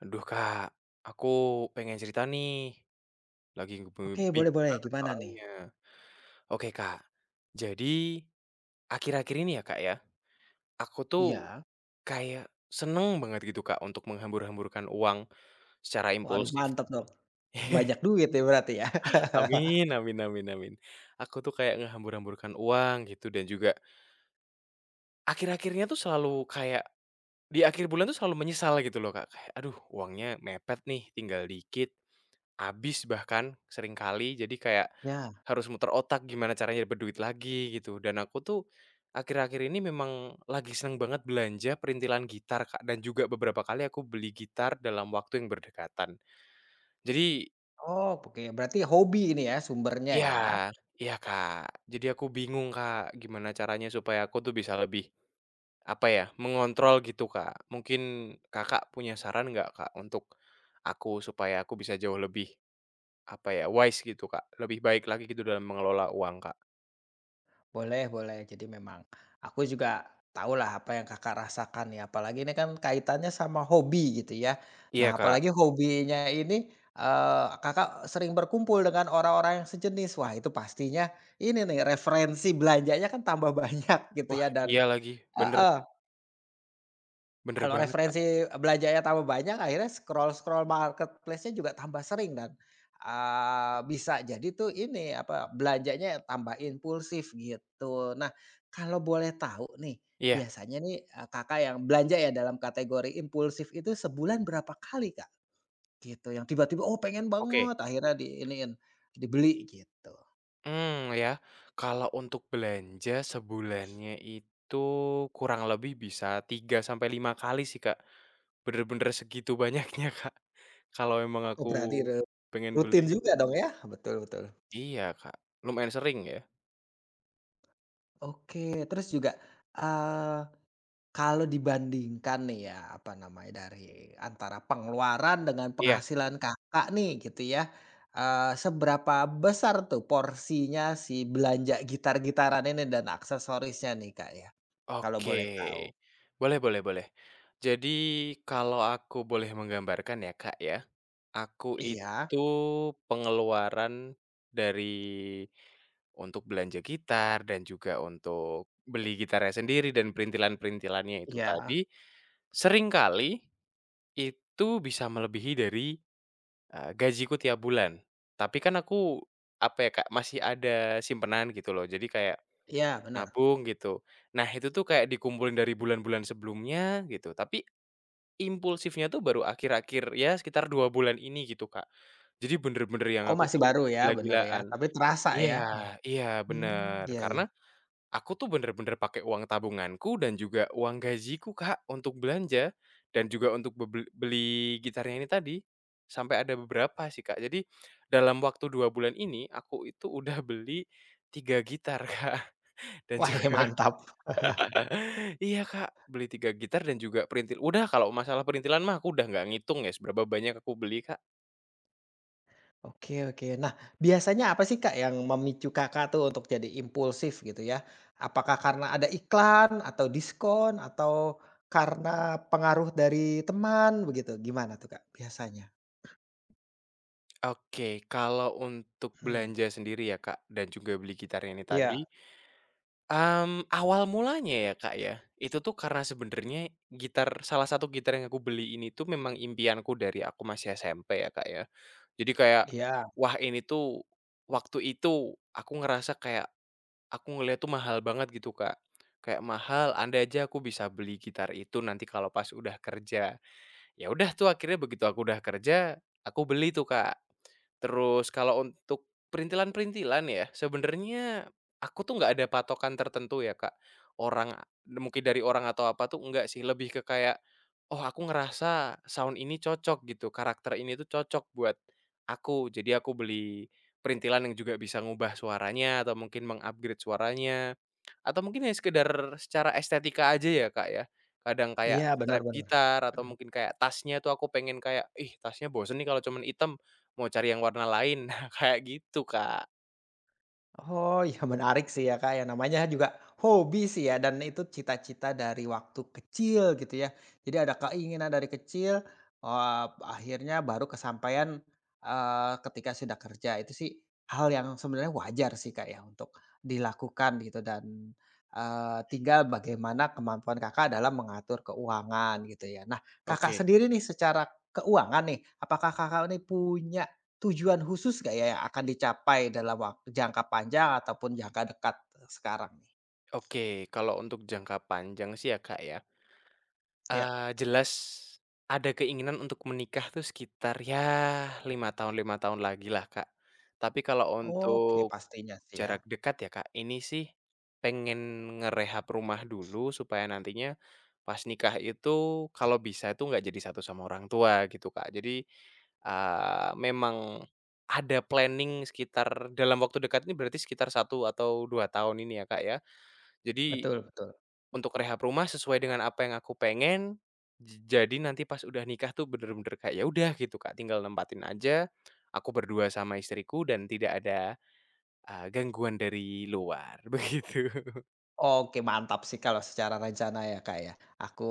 Aduh Kak, aku pengen cerita nih, lagi Oke, boleh bingung boleh, banget gimana nih? soalnya. Oke Kak, jadi akhir-akhir ini ya Kak ya, aku tuh Iya? kayak seneng banget gitu Kak untuk menghambur-hamburkan uang secara Waduh impulsif. mantap dong. Banyak duit ya berarti ya? Amin amin amin amin. Aku tuh kayak ngehambur-hamburkan uang gitu dan juga akhir-akhirnya tuh selalu kayak di akhir bulan tuh selalu menyesal gitu loh Kak, kayak, "Aduh, uangnya mepet nih, tinggal dikit." Habis bahkan seringkali jadi kayak Ya. harus muter otak gimana caranya dapat duit lagi gitu dan aku tuh akhir-akhir ini memang lagi seneng banget belanja perintilan gitar, Kak, dan juga beberapa kali aku beli gitar dalam waktu yang berdekatan. Jadi Oh, oke, berarti hobi ini ya sumbernya ya? ya iya, Kak. Jadi aku bingung, Kak, gimana caranya supaya aku tuh bisa lebih, apa ya, mengontrol gitu, Kak. Mungkin Kakak punya saran nggak, Kak, untuk aku supaya aku bisa jauh lebih apa ya, wise gitu, Kak, lebih baik lagi gitu dalam mengelola uang, Kak. Boleh boleh. Jadi memang aku juga tahu lah apa yang Kakak rasakan ya, apalagi ini kan kaitannya sama hobi gitu ya. Iya, Nah, Kak. apalagi hobinya ini, Kakak sering berkumpul dengan orang-orang yang sejenis. Wah, itu pastinya ini nih referensi belanjanya kan tambah banyak gitu Wah, ya iya dan lagi, bener heeh. bener Kalau banget, Kak. referensi belanjanya tambah banyak, akhirnya scroll-scroll marketplace-nya juga tambah sering dan, bisa jadi tuh ini, apa, belanjanya tambah impulsif, gitu. Nah, kalau boleh tahu nih, Iya, biasanya nih, Kakak yang belanja ya dalam kategori impulsif itu sebulan berapa kali, Kak? Gitu, yang tiba-tiba, "Oh, pengen oke. banget," akhirnya diiniin, dibeli, gitu. hmm ya, kalau untuk belanja sebulannya itu kurang lebih bisa 3 sampai 5 kali sih, Kak. Bener-bener segitu banyaknya, Kak, kalau emang Oh, aku berarti pengen beli. rutin juga dong ya? Betul betul. Iya, Kak, lumayan sering ya. Oke, terus juga, kalau dibandingkan nih ya, apa namanya, dari antara pengeluaran dengan Iya. penghasilan Kakak nih gitu ya, seberapa besar tuh porsinya si belanja gitar-gitaran ini dan aksesorisnya nih, Kak, ya? Kalau Oke, boleh tahu. boleh boleh boleh. Jadi kalau aku boleh menggambarkan ya Kak ya, aku Iya itu pengeluaran dari untuk belanja gitar dan juga untuk beli gitarnya sendiri dan perintilan-perintilannya itu iya tadi, seringkali itu bisa melebihi dari, gajiku tiap bulan. Tapi kan aku, apa ya Kak, masih ada simpenan gitu loh jadi kayak iya, bener. nabung gitu. Nah itu tuh kayak dikumpulin dari bulan-bulan sebelumnya gitu, tapi impulsifnya tuh baru akhir-akhir ya sekitar 2 bulan ini gitu, Kak. Jadi bener-bener yang Oh, aku masih tuh baru ya, bener ya, gila-gilaan. tapi terasa Iya ya? iya Hmm, bener, iya iya. karena aku tuh bener-bener pakai uang tabunganku dan juga uang gajiku, Kak, untuk belanja dan juga untuk beli gitarnya ini tadi. Sampai ada beberapa sih, Kak. Jadi dalam waktu 2 bulan ini aku itu udah beli 3 gitar, Kak, dan Wah, juga mantap. iya, Kak, beli 3 gitar dan juga perintil. Udah kalau masalah perintilan mah aku udah nggak ngitung ya seberapa banyak aku beli, Kak. Oke oke. Nah, biasanya apa sih, Kak, yang memicu Kakak tuh untuk jadi impulsif gitu ya? Apakah karena ada iklan atau diskon atau karena pengaruh dari teman begitu? Gimana tuh, Kak, biasanya? Oke, kalau untuk Hmm. belanja sendiri ya, Kak, dan juga beli gitar ini tadi, Iya awal mulanya ya, Kak, ya, itu tuh karena sebenarnya gitar salah satu gitar yang aku beli ini tuh memang impianku dari aku masih SMP ya, Kak, ya. Jadi kayak, iya wah ini tuh waktu itu aku ngerasa kayak aku ngeliat tuh mahal banget gitu, Kak. Kayak mahal, andai aja aku bisa beli gitar itu nanti kalau pas udah kerja. Ya udah tuh akhirnya begitu aku udah kerja, aku beli tuh, Kak. Terus kalau untuk perintilan-perintilan ya, sebenarnya aku tuh nggak ada patokan tertentu ya, Kak. Orang mungkin dari orang atau apa tuh enggak sih, lebih ke kayak, "Oh, aku ngerasa sound ini cocok gitu, karakter ini tuh cocok buat aku." Jadi aku beli perintilan yang juga bisa ngubah suaranya atau mungkin mengupgrade suaranya. Atau mungkin ya sekedar secara estetika aja ya, Kak, ya. Kadang kayak iya, benar strap bener. gitar atau mungkin kayak tasnya tuh aku pengen kayak, "Ih, tasnya bosen nih kalau cuman hitam, mau cari yang warna lain." Nah, kayak gitu, Kak. Oh, ya menarik sih ya, Kak, ya, namanya juga hobi sih ya dan itu cita-cita dari waktu kecil gitu ya. Jadi ada keinginan dari kecil, akhirnya baru kesampaian, ketika sudah kerja. Itu sih hal yang sebenarnya wajar sih, Kak, ya untuk dilakukan gitu dan, tinggal bagaimana kemampuan Kakak dalam mengatur keuangan gitu ya. Nah, Kakak Oke sendiri nih secara keuangan nih, apakah Kakak ini punya tujuan khusus nggak ya yang akan dicapai dalam jangka panjang ataupun jangka dekat eh, sekarang nih? oke. Kalau untuk jangka panjang sih ya, Kak, ya, Iya. Jelas ada keinginan untuk menikah tuh sekitar ya lima tahun lagi lah, Kak. Tapi kalau Oke, untuk pastinya sih ya. jarak dekat ya, Kak, ini sih pengen ngerehab rumah dulu supaya nantinya pas nikah itu kalau bisa itu nggak jadi satu sama orang tua gitu, Kak. Jadi, memang ada planning sekitar dalam waktu dekat ini berarti sekitar 1 atau 2 tahun ini ya, Kak, ya. Jadi Betul betul. untuk rehab rumah sesuai dengan apa yang aku pengen, jadi nanti pas udah nikah tuh bener-bener kayak ya udah gitu, Kak, tinggal nempatin aja, aku berdua sama istriku dan tidak ada gangguan dari luar begitu. Oke, mantap sih kalau secara rencana ya, Kak, ya. Aku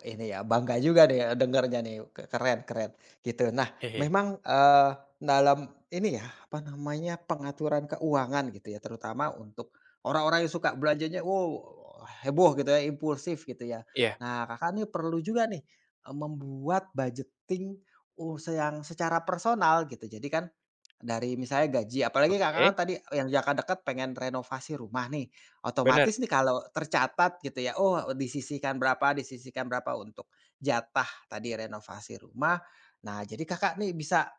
ini ya, bangga juga nih dengernya nih, keren keren, gitu. Nah, Hehe. memang, dalam ini ya, apa namanya, pengaturan keuangan gitu ya, terutama untuk orang-orang yang suka belanjanya, wow, heboh gitu ya, impulsif gitu ya. Iya, Nah, Kakak nih perlu juga nih, membuat budgeting yang secara personal gitu. Jadi kan dari misalnya gaji, apalagi Kakak kan oke, tadi yang Kakak dekat pengen renovasi rumah nih, benar otomatis nih kalau tercatat gitu ya, oh disisihkan berapa untuk jatah tadi renovasi rumah. Nah, jadi Kakak nih bisa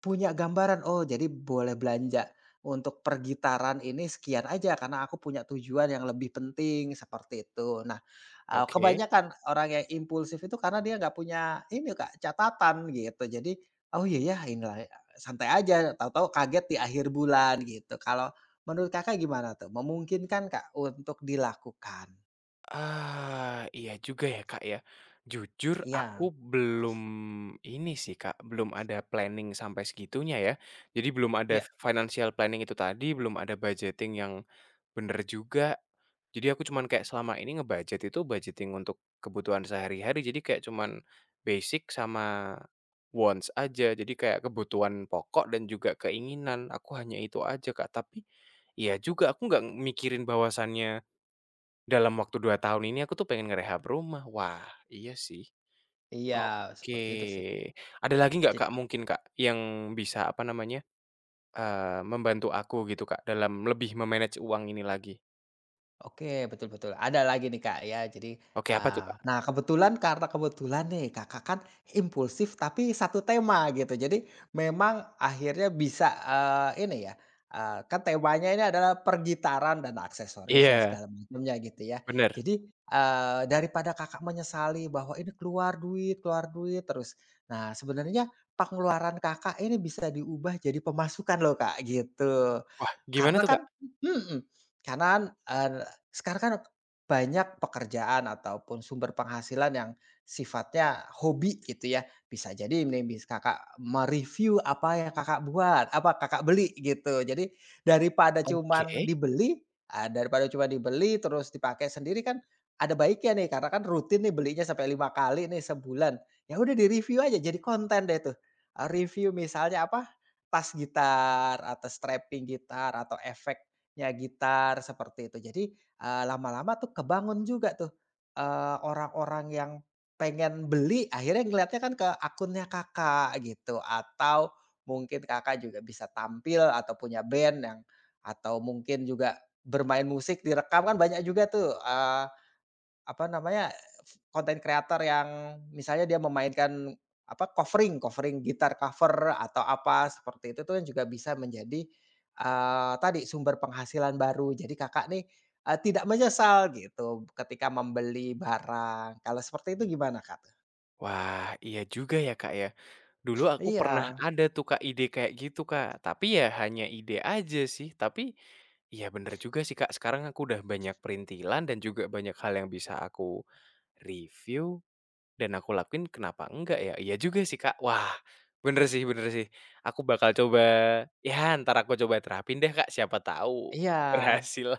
punya gambaran, oh jadi boleh belanja untuk pergitaran ini sekian aja karena aku punya tujuan yang lebih penting seperti itu. Nah, oke. kebanyakan orang yang impulsif itu karena dia nggak punya ini Kak, catatan gitu. Jadi, oh iya ya inilah, santai aja tahu-tahu kaget di akhir bulan gitu. Kalau menurut Kakak gimana tuh? Memungkinkan Kak untuk dilakukan? Ah, iya juga ya, Kak, ya. Jujur Iya aku belum ini sih, Kak, belum ada planning sampai segitunya ya. Jadi belum ada iya financial planning itu tadi, belum ada budgeting yang bener juga. Jadi aku cuman kayak selama ini ngebudget itu budgeting untuk kebutuhan sehari-hari. Jadi kayak cuman basic sama wants aja. Jadi kayak kebutuhan pokok dan juga keinginan. Aku hanya itu aja, Kak. Tapi iya juga aku nggak mikirin bahwasannya dalam waktu 2 tahun ini aku tuh pengen ngerehab rumah. Wah, iya sih. iya Oke. seperti itu sih. Ada lagi nggak, Kak, mungkin, Kak, yang bisa, apa namanya, membantu aku gitu, Kak, dalam lebih me-manage uang ini lagi? Oke, betul betul. Ada lagi nih, Kak, ya. Jadi, Oke, apa tuh, Kak? nah kebetulan karena kebetulan nih Kakak kan impulsif tapi satu tema gitu. Jadi memang akhirnya bisa, ini ya, kan temanya ini adalah pergitaran dan aksesoris ya Iya, segala macamnya gitu ya. bener. Jadi, daripada Kakak menyesali bahwa ini keluar duit terus. Nah sebenarnya pengeluaran Kakak ini bisa diubah jadi pemasukan loh, Kak, gitu. Wah, gimana Karena tuh, kan Kak? mhm, karena kan sekarang kan banyak pekerjaan ataupun sumber penghasilan yang sifatnya hobi gitu ya. Bisa jadi nih Kakak me-review apa yang Kakak buat, apa Kakak beli gitu. Jadi daripada Oke. cuman dibeli, daripada cuma dibeli terus dipakai sendiri kan ada baiknya nih karena kan rutin nih belinya sampai 5 kali nih sebulan. Ya udah di-review aja jadi konten deh tuh. Review misalnya apa, tas gitar atau strapping gitar atau efeknya gitar seperti itu. Jadi lama-lama tuh kebangun juga tuh, orang-orang yang pengen beli akhirnya ngeliatnya kan ke akunnya Kakak gitu atau mungkin Kakak juga bisa tampil atau punya band yang atau mungkin juga bermain musik direkam kan banyak juga tuh, apa namanya, konten kreator yang misalnya dia memainkan, apa, covering covering gitar cover atau apa seperti itu tuh yang juga bisa menjadi, tadi sumber penghasilan baru. Jadi Kakak nih, tidak menyesal gitu ketika membeli barang. Kalau seperti itu gimana, Kak? Wah, iya juga ya, Kak, ya. Dulu aku pernah Iya, ada tuh, Kak, ide kayak gitu, Kak, tapi ya hanya ide aja sih. Tapi, iya bener juga sih, Kak, sekarang aku udah banyak perintilan dan juga banyak hal yang bisa aku review dan aku lakuin kenapa enggak ya? Iya juga sih, Kak. Wah, bener sih bener sih. Aku bakal coba ya ntar aku coba terapin deh, Kak, siapa tahu iya. berhasil.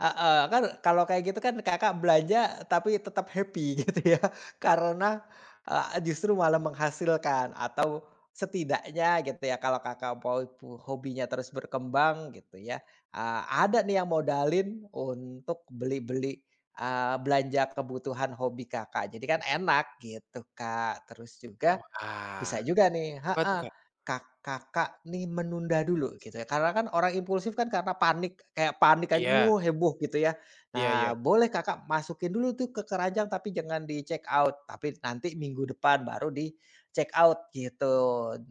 Heeh, kan kalau kayak gitu kan Kakak belanja tapi tetap happy gitu ya, karena, justru malah menghasilkan atau setidaknya gitu ya kalau Kakak mau hobinya terus berkembang gitu ya, ada nih yang modalin untuk beli-beli, belanja kebutuhan hobi Kakak, jadi kan enak gitu, Kak. Terus juga Wah, bisa juga nih apa tuh, Kak? Kakak nih menunda dulu gitu ya, karena kan orang impulsif kan karena panik, kayak panik aja, Iya, heboh," gitu ya. iya iya. Nah, boleh Kakak masukin dulu tuh ke keranjang tapi jangan di check out, tapi nanti minggu depan baru di check out gitu.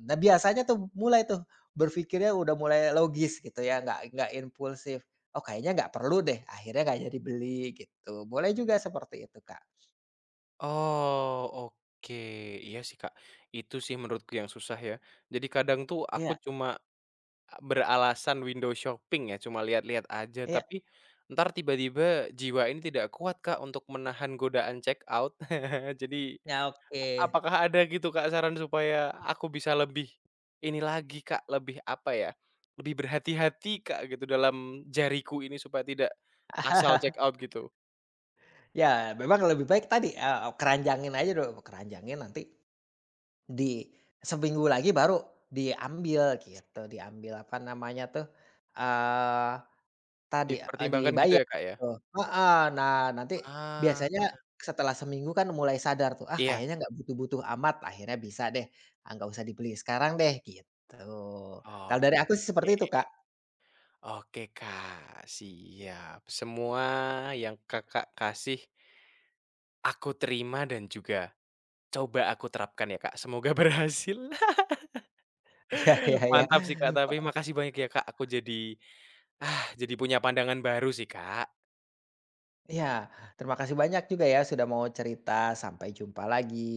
Nah, biasanya tuh mulai tuh berpikirnya udah mulai logis gitu ya, nggak impulsif, "Oh, kayaknya nggak perlu deh," akhirnya nggak jadi beli gitu. Boleh juga seperti itu, Kak. Oh, oke. Iya sih, Kak. Itu sih menurutku yang susah ya. Jadi kadang tuh aku Iya cuma beralasan window shopping ya, cuma lihat-lihat aja, iya. tapi ntar tiba-tiba jiwa ini tidak kuat, Kak, untuk menahan godaan check out. Jadi Ya, oke. apakah ada gitu, Kak, saran supaya aku bisa lebih ini lagi, Kak, lebih apa ya, lebih berhati-hati, Kak, gitu dalam jariku ini supaya tidak asal check out gitu, Ya, memang lebih baik tadi, keranjangin aja dulu, keranjangin nanti di seminggu lagi baru diambil gitu, diambil apa namanya tuh, eee, tadi, dipertimbangkan gitu dibayar ya, Kak, ya? gitu. Heeh, nah nanti Ah, biasanya setelah seminggu kan mulai sadar tuh, "Ah, iya, kayaknya nggak butuh-butuh amat," akhirnya bisa deh, ah, nggak usah dibeli sekarang deh gitu. Kalau oke dari aku sih seperti itu, Kak. oke, Kak, siap. Semua yang Kakak kasih aku terima dan juga coba aku terapkan ya, Kak, semoga berhasil. Iya iya iya, Mantap sih, Kak, tapi heeh, makasih banyak ya, Kak, aku jadi ah, jadi punya pandangan baru sih, Kak. iya. Terima kasih banyak juga ya sudah mau cerita, sampai jumpa lagi.